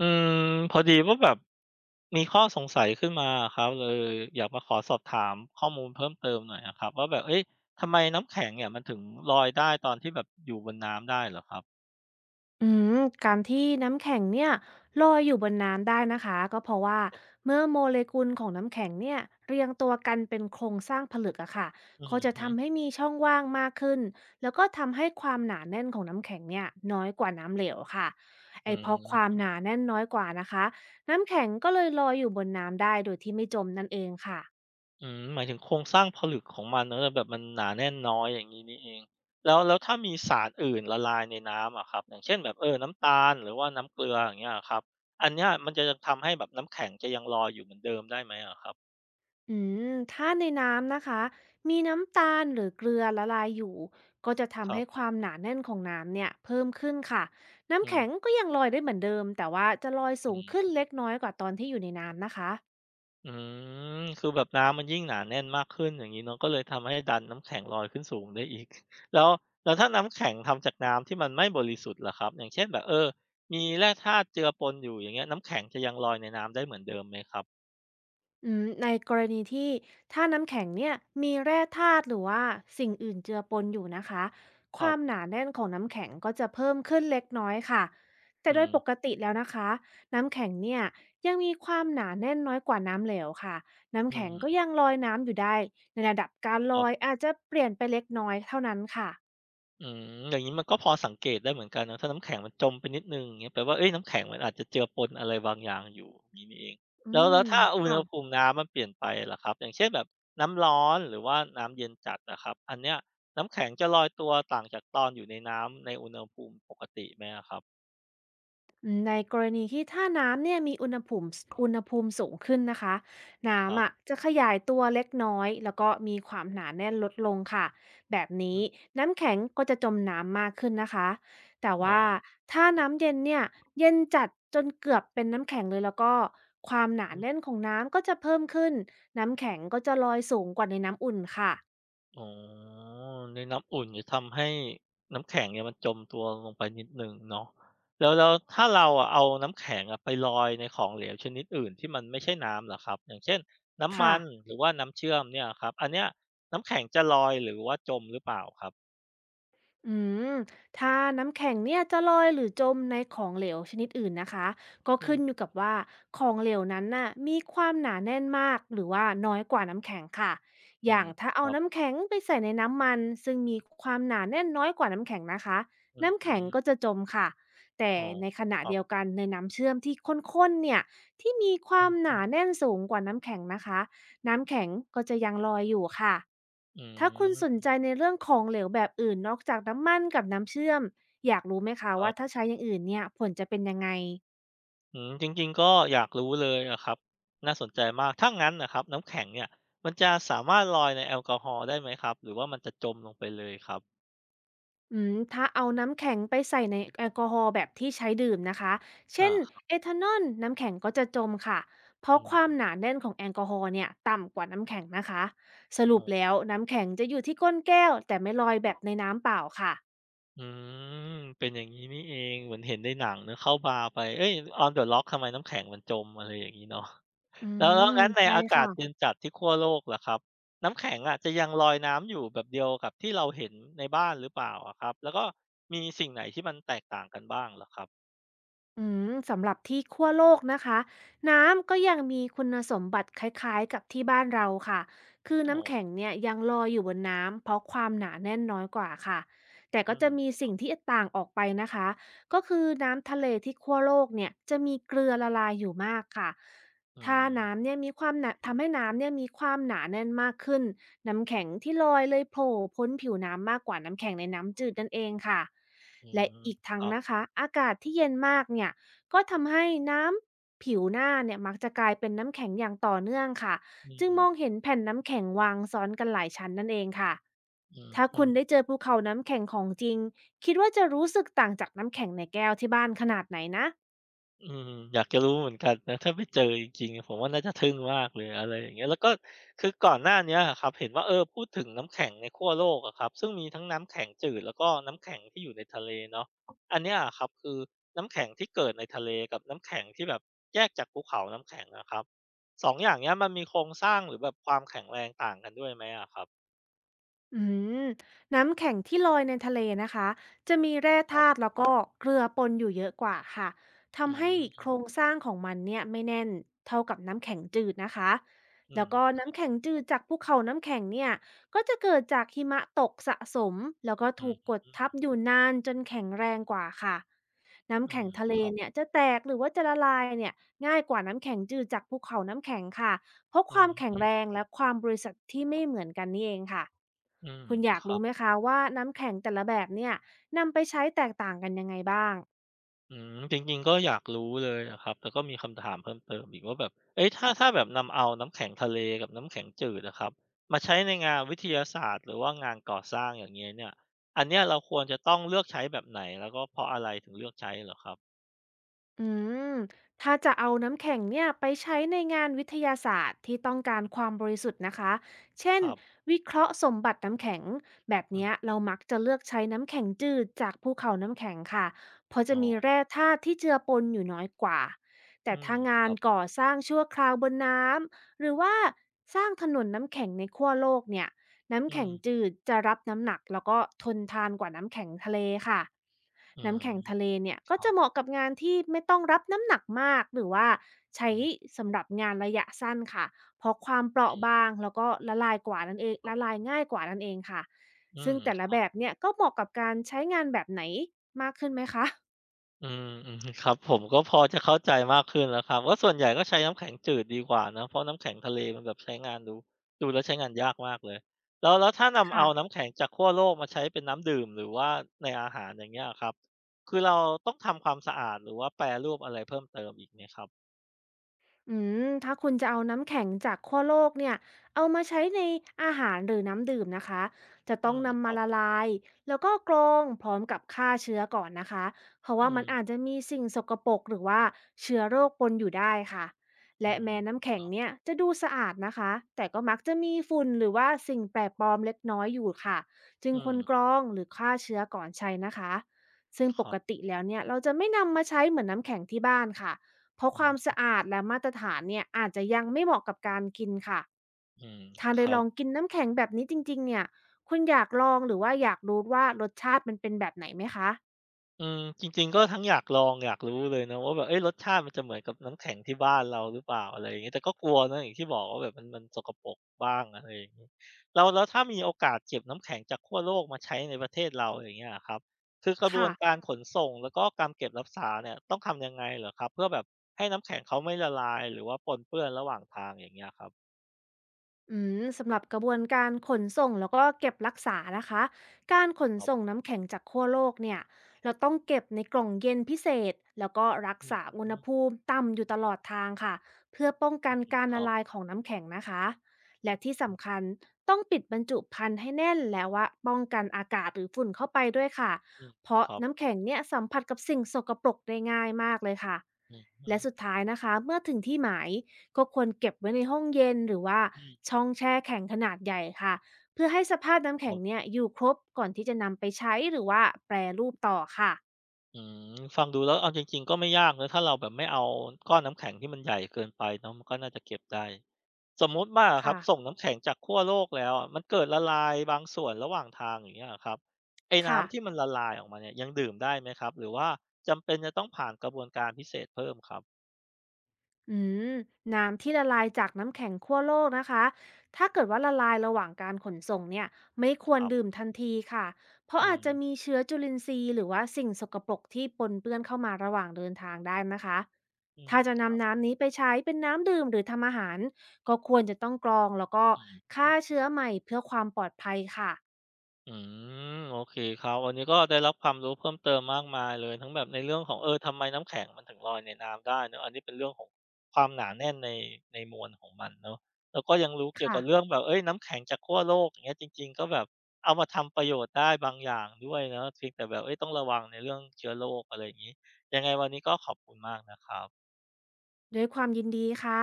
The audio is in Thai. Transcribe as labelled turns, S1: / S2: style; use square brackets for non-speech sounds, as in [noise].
S1: อืมพอดีว่าแบบมีข้อสงสัยขึ้นมาอะครับเลยอยากมาขอสอบถามข้อมูลเพิ่มเติมหน่อยอะครับว่าแบบเอ๊ะทำไมน้ำแข็งเนี่ยมันถึงลอยได้ตอนที่แบบอยู่บนน้ำได้เหรอครับ
S2: อืมการที่น้ำแข็งเนี่ยลอยอยู่บนน้ำได้นะคะก็เพราะว่าเมื่อโมเลกุลของน้ำแข็งเนี่ยเรียงตัวกันเป็นโครงสร้างผลึกอะค่ะ
S1: อื
S2: ก็
S1: ม
S2: จะ
S1: ฮึ
S2: ทำให้มีช่องว่างมากขึ้นแล้วก็ทำให้ความหนาแน่นของน้ำแข็งเนี่ยน้อยกว่าน้ำเหลวค่ะ
S1: อื
S2: ไอเพ
S1: ม
S2: ราะความหนาแน่นน้อยกว่านะคะน้ำแข็งก็เลยลอยอยู่บนน้ำได้โดยที่ไม่จมนั่นเองค่ะ
S1: อืมหมายถึงโครงสร้างผลึกของมันเนอะแบบมันหนาแน่นน้อยอย่างนี้นี่เองแล้วถ้ามีสารอื่นละลายในน้ำอะครับอย่างเช่นแบบน้ำตาลหรือว่าน้ำเกลืออย่างเงี้ยครับอันเนี้ยมันจะทำให้แบบน้ำแข็งจะยังลอยอยู่เหมือนเดิมได้ไหมอะครับ
S2: อืมถ้าในน้ำนะคะมีน้ำตาลหรือเกลือละลายอยู่ก็จะ
S1: ค
S2: ทำ
S1: รั
S2: ให้ค
S1: บ
S2: วามหนาแน่นของน้ำเนี่ยเพิ่มขึ้นค่ะน้ำ
S1: อืม
S2: แข็งก็ยังลอยได้เหมือนเดิมแต่ว่าจะลอยสูงขึ้นเล็กน้อยกว่าตอนที่อยู่ในน้ำนะคะ
S1: อืมคือแบบน้ำมันยิ่งหนาแน่นมากขึ้นอย่างนี้เนาะก็เลยทำให้ดันน้ำแข็งลอยขึ้นสูงได้อีก [laughs] แล้วแล้วถ้าน้ำแข็งทำจากน้ำที่มันไม่บริสุทธิ์ล่ะครับอย่างเช่นแบบมีแร่ธาตุเจือปนอยู่อย่างเงี้ยน้ำแข็งจะยังลอยในน้ำได้เหมือนเดิมไหมครับ
S2: ในกรณีที่ถ้าน้ำแข็งเนี่ยมีแร่ธาตุหรือว่าสิ่งอื่นเจือปนอยู่นะคะ
S1: ค
S2: ค
S1: รั
S2: วามห
S1: บ
S2: นาแน่นของน้ำแข็งก็จะเพิ่มขึ้นเล็กน้อยค่ะแต่
S1: อื
S2: โดยปก
S1: ม
S2: ติแล้วนะคะน้ำแข็งเนี่ยยังมีความหนาแน่นน้อยกว่าน้ำเหลวค่ะน้ำ
S1: อื
S2: แข็ง
S1: ม
S2: ก็ยังลอยน้ำอยู่ได้ในระดับการ
S1: ค
S2: ล
S1: รั
S2: อย
S1: บ
S2: อาจจะเปลี่ยนไปเล็กน้อยเท่านั้นค่ะ
S1: อืมอย่างนี้มันก็พอสังเกตได้เหมือนกันนะถ้าน้ำแข็งมันจมไปนิดหนึ่งอย่างเงี้ยแปลว่าเฮ้ยน้ำแข็งมันอาจจะเจือปนอะไรบางอย่างอยู่อย่างงี้นี่เอง
S2: อื
S1: แล้ว
S2: ม
S1: แล้วถ้าอุณหภู
S2: ค่ะ
S1: มิน้ำมันเปลี่ยนไปล่ะครับอย่างเช่นแบบน้ำร้อนหรือว่าน้ำเย็นจัดอะครับอันเนี้ยน้ำแข็งจะลอยตัวต่างจากตอนอยู่ในน้ำในอุณหภูมิปกติไหมอะครับ
S2: ในกรณีที่ถ้าน้ำเนี่ยมีอุณหภูมิสูงขึ้นนะคะ
S1: ครั
S2: น้ำ
S1: บ
S2: อะจะขยายตัวเล็กน้อยแล้วก็มีความหนาแน่นลดลงค่ะแบบ
S1: อื
S2: นี้
S1: ม
S2: น้ำแข็งก็จะจมน้ำมากขึ้นนะคะแต่
S1: อ๋อ
S2: ว่าถ้าน้ำเย็นเนี่ยเย็นจัดจนเกือบเป็นน้ำแข็งเลยแล้วก็ความหนาแน่นของน้ำก็จะเพิ่มขึ้นน้ำแข็งก็จะลอยสูงกว่าในน้ำอุ่นค่ะ
S1: อ๋อในน้ำอุ่นจะทำให้น้ำแข็งเนี่ยมันจมตัวลงไปนิดหนึ่งเนาะแล้วถ้าเราอะเอาน้ำแข็งอะไปลอยในของเหลวชนิดอื่นที่มันไม่ใช่น้ำเหรอครับอย่างเช่นน้ำ
S2: ค่ะ
S1: มันหรือว่าน้ำเชื่อมเนี่ยครับอันเนี้ยน้ำแข็งจะลอยหรือว่าจมหรือเปล่าครับ
S2: อืมถ้าน้ำแข็งเนี่ยจะลอยหรือจมในของเหลวชนิดอื่นนะคะก็
S1: อืม
S2: ขึ้นอยู่กับว่าของเหลวนั้นน่ะมีความหนาแน่นมากหรือว่าน้อยกว่าน้ำแข็งค่ะอ
S1: อื
S2: ย่า
S1: ม
S2: งถ้า
S1: ค
S2: เอา
S1: รับ
S2: น้ำแข็งไปใส่ในน้ำมันซึ่งมีความหนาแน่นน้อยกว่าน้ำแข็งนะคะ
S1: อือ
S2: น้ำ
S1: ฮึ
S2: แข็งก็จะจมค่ะแต่
S1: อ๋อ
S2: ในขณะ
S1: ครับ
S2: เดียวกันในน้ำเชื่อมที่ข้นๆเนี่ยที่มีควา
S1: อื
S2: ม
S1: อ
S2: ห
S1: ฮึ
S2: นาแน่นสูงกว่าน้ำแข็งนะคะ น้ำแข็งก็จะยังลอยอยู่ค่ะ
S1: อื
S2: ถ้าคุณสน
S1: ม
S2: ใจในเรื่องของเหลวแบบอื่นนอกจากน้ำมันกับน้ำเชื่อม อยากรู้ไหมคะ
S1: ครั
S2: ว่าถ้า
S1: บ
S2: ใช้อย่างอื่นเนี่ยผลจะเป็นยังไง
S1: อืมจริงๆก็อยากรู้เลยอะครับน่าสนใจมากถ้างั้นน่ะครับน้ำแข็งเนี่ยมันจะสามารถลอยในแอลกอฮอล์ได้ไหมครับหรือว่ามันจะจมลงไปเลยครับ
S2: ถ้าเอาน้ำแข็งไปใส่ในแอลกอฮอล์แบบที่ใช้ดื่มนะคะ เช่
S1: อา
S2: น
S1: ครับ
S2: เอทานอลน้ำแข็งก็จะจมค่ะ เพราะความ
S1: อืม
S2: หนาแน่นของแอลกอฮอล์เนี่ยต่ำกว่าน้ำแข็งนะคะ ส
S1: โอ้โฮ
S2: รุปแล้วน้ำแข็งจะอยู่ที่ก้นแก้วแต่ไม่ลอยแบบในน้ำเปล่าค่ะ
S1: อืมเป็นอย่างงี้นี่เองเหมือนเห็นในหนังเนาะเข้าบาร์ไปเฮ้ย On the Rock ทำไมน้ำแข็งมันจมอะไรอย่างงี้เนาะ
S2: อื
S1: แล้ว
S2: ม
S1: งั้นใน
S2: ใช่
S1: อากาศเย็น
S2: ค่ะ
S1: จัดที่ขั้วโลกล่ะครับน้ำแข็งอะจะยังลอยน้ำอยู่แบบเดียวกับที่เราเห็นในบ้านหรือเปล่าอะครับแล้วก็มีสิ่งไหนที่มันแตกต่างกันบ้างเหรอครับ
S2: สำหรับที่ขั้วโลกนะคะน้ำก็ยังมีคุณสมบัติคล้ายๆกับที่บ้านเราค่ะคือ
S1: โอ้โฮ
S2: น้ำแข็งเนี่ยยังลอยอยู่บนน้ำเพราะความหนาแน่นน้อยกว่าค่ะแต่ก็
S1: อืม
S2: จะมีสิ่งที่ต่างออกไปนะคะก็คือน้ำทะเลที่ขั้วโลกเนี่ยจะมีเกลือละลายอยู่มากค่ะ
S1: อื
S2: ถ้า
S1: ม
S2: น้ำเนี่ยมีความหนาทำให้น้ำเนี่ยมีความหนาแน่นมากขึ้น น้ำแข็งที่ลอยเลยโผล่พ้นผิวน้ำมากกว่าน้ำแข็งในน้ำจืดนั่นเองค่ะ
S1: อื
S2: และ
S1: ม
S2: อีก
S1: ค
S2: ทั้ง
S1: รับ
S2: นะคะอากาศที่เย็นมากเนี่ยก็ทำให้น้ำผิวหน้าเนี่ยมักจะกลายเป็นน้ำแข็งอย่างต่อเนื่องค่ะ
S1: อื
S2: จึงม
S1: ม
S2: องเห็นแผ่นน้ำแข็งวางซ้อนกันหลายชั้นนั่นเองค่ะ
S1: อือ
S2: ถ้า
S1: ฮึ
S2: คุณได้เจอภูเขาน้ำแข็งของจริงคิดว่าจะรู้สึกต่างจากน้ำแข็งในแก้วที่บ้านขนาดไหนนะ
S1: อืมอยากจะรู้เหมือนกันนะถ้าไปเจอจริงๆผมว่าน่าจะทึ่งมากเลยอะไรอย่างเงี้ยแล้วก็คือก่อนหน้าเนี้ยอะครับเห็นว่าพูดถึงน้ำแข็งในขั้วโลกอะครับซึ่งมีทั้งน้ำแข็งจืดแล้วก็น้ำแข็งที่อยู่ในทะเลเนาะอันเนี้ยอะครับคือน้ำแข็งที่เกิดในทะเลกับน้ำแข็งที่แบบแยกจากภูเขาน้ำแข็งอะครับ2องอย่างเนี้ยมันมีโครงสร้างหรือแบบความแข็งแรงต่างกันด้วยไหมอะครับ
S2: อืมน้ำแข็งที่ลอยในทะเลนะคะจะมีแร่
S1: ครั
S2: ธาตุ
S1: บ
S2: แล้วก็เกลือปนอยู่เยอะกว่าค่ะ
S1: อื
S2: ทำให้โค
S1: ม
S2: รงสร้างของมันเนี่ยไม่แน่นเท่ากับน้ำแข็งจืดนะคะ
S1: อื
S2: แล้
S1: ม
S2: วก็น้ำแข็งจืดจากภูเขาน้ำแข็งเนี่ยก็จะเกิดจากหิมะตกสะสมแล้วก็
S1: อื
S2: ถู
S1: อ
S2: ก
S1: ฮ
S2: กดทับ
S1: ึ
S2: อยู่นานจนแข็งแรงกว่าค่ะ
S1: อื
S2: น้ำแข็ง
S1: ม
S2: ทะเล
S1: ครับ
S2: เนี่ยจะแตกหรือว่าจะละลายเนี่ยง่ายกว่าน้ำแข็งจืดจากภูเขาน้ำแข็งค่ะ เพราะ
S1: อื
S2: ความแข็งแร
S1: ม
S2: งและความบริสุทธิ์ที่ไม่เหมือนกันนี่เองค่ะ
S1: อืม
S2: คุณอ
S1: ค
S2: ยาก
S1: รั
S2: รู้
S1: บ
S2: ไหมคะว่าน้ำแข็งแต่ละแบบเนี่ยนำไปใช้แตกต่างกันยังไงบ้าง
S1: อืมจริงๆก็อยากรู้เลยอะครับแต่ก็มีคำถามเพิ่มเติมอีกว่าแบบเอ๊ะถ้าแบบนำเอาน้ำแข็งทะเลกับน้ำแข็งจืดอะครับมาใช้ในงานวิทยาศาสตร์หรือว่างานก่อสร้างอย่างเงี้ยเนี่ยอันเนี้ยเราควรจะต้องเลือกใช้แบบไหนแล้วก็เพราะอะไรถึงเลือกใช้เหรอครับ
S2: อืมถ้าจะเอาน้ำแข็งเนี่ยไปใช้ในงานวิทยาศาสตร์ที่ต้องการความบริสุทธิ์นะคะ เช่
S1: ค
S2: น
S1: รับ
S2: วิเคราะห์สมบัติน้ำแข็งแบบ
S1: อื
S2: เนี้ย
S1: ม
S2: เรามักจะเลือกใช้น้ำแข็งจืดจากภูเขาน้ำแข็งค่ะเพราะจะ
S1: อ๋
S2: มี
S1: อ
S2: แร่ธาตุที่เจือปนอยู่น้อยกว่า แต่
S1: อืม
S2: ถ้า
S1: ค
S2: งาน
S1: รับ
S2: ก่อสร้างชั่วคราวบนน้ำหรือว่าสร้างถนนน้ำแข็งในขั้วโลกเนี่ยน้ำ
S1: อื
S2: แข็ง
S1: ม
S2: จืดจะรับน้ำหนักแล้วก็ทนทานกว่าน้ำแข็งทะเลค่ะ
S1: อืม
S2: น้ำแข็งทะเลเนี่ย
S1: ค
S2: ก็
S1: รั
S2: จะเหมาะ
S1: บ
S2: กับงานที่ไม่ต้องรับน้ำหนักมากหรือว่าใช้
S1: อืมๆ
S2: สำหรับงานระยะสั้นค่ะเพราะความเปราะบางแล้วก็ละลายกว่านั่นเองละลายง่ายกว่านั่นเองค่ะ
S1: อื
S2: ซึ่ง
S1: ม
S2: แต่ละแบบเนี่ยก็เหมาะกับการใช้งานแบบไหนมากขึ้นไหมคะ
S1: อืมอือฮึครับผมก็พอจะเข้าใจมากขึ้นแล้วครับว่าส่วนใหญ่ก็ใช้น้ำแข็งจืดดีกว่านะเพราะน้ำแข็งทะเลมันแบบใช้งานดูแล้วใช้งานยากมากเลยแล้วถ้านำ
S2: ค่ะ
S1: เอาน้ำแข็งจากขั้วโลกมาใช้เป็นน้ำดื่มหรือว่าในอาหารอย่างเงี้ยอะครับคือเราต้องทำความสะอาดหรือว่าแปรรูปอะไรเพิ่มเติมอีกไหมครับ
S2: อืถ้าคุณจะเอาน้ำแข็งจากขั้วโลกเนี่ยเอามาใช้ในอาหารหรือน้ำดื่มนะคะจะ
S1: อื
S2: ต้อง
S1: มค
S2: นำมา
S1: รับ
S2: ละลายแล้วก็กรองพร้อมกับฆ่าเชื้อก่อนนะคะเพราะว่า
S1: อื
S2: มัน
S1: ม
S2: อาจจะมีสิ่งสกปรกหรือว่าเชื้อโรคปนอยู่ได้ค่ะ
S1: อื
S2: และ
S1: ม
S2: แม้น้ำ
S1: ค
S2: แข็ง
S1: รับ
S2: เนี่ยจะดูสะอาดนะคะแต่ก็มักจะมีฝุ่นหรือว่าสิ่งแปลกปลอมเล็กน้อยอยู่ค่ะจึง
S1: อื
S2: ควรกร
S1: ม
S2: องหรือฆ่าเชื้อก่อนใช้นะคะซึ่ง
S1: ค
S2: ป
S1: รั
S2: ก
S1: บ
S2: ติแล้วเนี่ยเราจะไม่นำมาใช้เหมือนน้ำแข็งที่บ้านค่ะ เพราะ
S1: อื
S2: ความ
S1: ม
S2: สะอาดและมาตรฐานเนี่ยอาจจะยังไม่เหมาะกับการกินค่ะ
S1: อืม
S2: ถ้า
S1: ค
S2: ได้
S1: รั
S2: ล
S1: บ
S2: องกินน้ำแข็งแบบนี้จริงๆเนี่ยคุณอยากลองหรือว่าอยากรู้ว่ารสชาติมันเป็นแบบไหนไหมคะ
S1: อืมจริงๆก็ทั้งอยากลองอยากรู้เลยนะว่าแบบเอ๊ะรสชาติมันจะเหมือนกับน้ำแข็งที่บ้านเราหรือเปล่าอะไรอย่างงี้แต่ก็กลัวนะอย่างที่บอกว่าแบบมันสกปรกบ้างอะไรอย่างงี้แล้วถ้ามีโอกาสเก็บน้ำแข็งจากขั้วโลกมาใช้ในประเทศเราอย่างเงี้ยอะครับคือกระบว
S2: ค่ะ
S1: นการขนส่งแล้วก็การเก็บรักษาเนี่ยต้องทำยังไงเหรอครับเพื่อแบบให้น้ำแข็งเขาไม่ละลายหรือว่าปนเปื้อนระหว่างทางอย่างเงี้ยครับ
S2: สำหรับกระบวนการขนส่งแล้วก็เก็บรักษานะคะการขน
S1: ครั
S2: ส่ง
S1: บ
S2: น้ำแข็งจากขั้วโลกเนี่ยเราต้องเก็บในกล่องเย็นพิเศษแล้วก็รัก
S1: อือ
S2: ษาอุณ
S1: ฮึ
S2: หภูมิต่ำอยู่ตลอดทางค่ะเพื่อป้องกันการ
S1: ค
S2: ละ
S1: รั
S2: ลา
S1: บ
S2: ยของน้ำแข็งนะคะและที่
S1: อื
S2: สำคั
S1: อ
S2: ญต้องปิดบรรจุภัณฑ์ให้แน่นแล้วว่าป้องกันอากาศหรือฝุ่นเข้าไปด้วยค่ะ
S1: อืม
S2: เพราะ
S1: ครับ
S2: น้ำแข็งเนี่ยสัมผัสกับสิ่งสกปรกได้ง่ายมากเลยค่ะ
S1: อือฮึ
S2: และสุดท้ายนะคะเมื่อถึงที่หมาย ก็ควรเก็บไว้ในห้องเย็นหรือว่า
S1: อืม
S2: ช่องแช่แข็งขนาดใหญ่ค่ะเพื่อให้สภาพน้ำแข็งเนี่ยอยู่ครบก่อนที่จะนำไปใช้หรือว่าแปรรูปต่อค่ะ
S1: อืมฟังดูแล้วเอาจริงๆก็ไม่ยากนะถ้าเราแบบไม่เอาก้อนน้ำแข็งที่มันใหญ่เกินไปเนาะมันก็น่าจะเก็บได้สมมุติว่าอะครับส่ง
S2: ค่ะ
S1: น้ำแข็งจากขั้วโลกแล้วอะมันเกิดละลายบางส่วนระหว่างทางอย่างเงี้ยอะครับไอ้
S2: ค่ะ
S1: น้ำที่มันละลายออกมาเนี่ยยังดื่มได้ไหมครับหรือว่าจำเป็นจะต้องผ่านกระบวนการพิเศษเพิ่มครับ
S2: อืมน้ำที่ละลายจากน้ำแข็งขั้วโลกนะคะถ้าเกิดว่าละลายระหว่างการขนส่งเนี่ยไม่ค
S1: ค
S2: วร
S1: รับ
S2: ดื่มทันทีค่ะเพราะ
S1: อื
S2: อาจ
S1: ม
S2: จะมีเชื้อจุลินทรีย์หรือว่าสิ่งสกปรกที่ปนเปื้อนเข้ามาระหว่างเดินทางได้นะคะ
S1: อืม
S2: ถ้าจะนำน้ำนี้ไปใช้เป็นน้ำดื่มหรือทำอาหารก็ควรจะต้องกรองแล้วก็
S1: อืม
S2: ฆ่าเชื้อใหม่เพื่อความปลอดภัยค่ะ
S1: อืมโอเคครับวันนี้ก็ได้รับความรู้เพิ่มเติมมากมายเลยทั้งแบบในเรื่องของทำไมน้ำแข็งมันถึงลอยในน้ำได้เนอะอันนี้เป็นเรื่องของความหนาแน่นในมวลของมันเนาะแล้วก็ยังรู้เกี่ยว
S2: ค่ะ
S1: กับเรื่องแบบเฮ้ยน้ำแข็งจากขั้วโลกอย่างเงี้ยจริงๆก็แบบเอามาทำประโยชน์ได้บางอย่างด้วยเนาะเพียงแต่แบบเฮ้ยต้องระวังในเรื่องเชื้อโรคอะไรอย่างงี้ยังไงวันนี้ก็ขอบคุณมากนะครับ
S2: ด้วยความยินดีค่ะ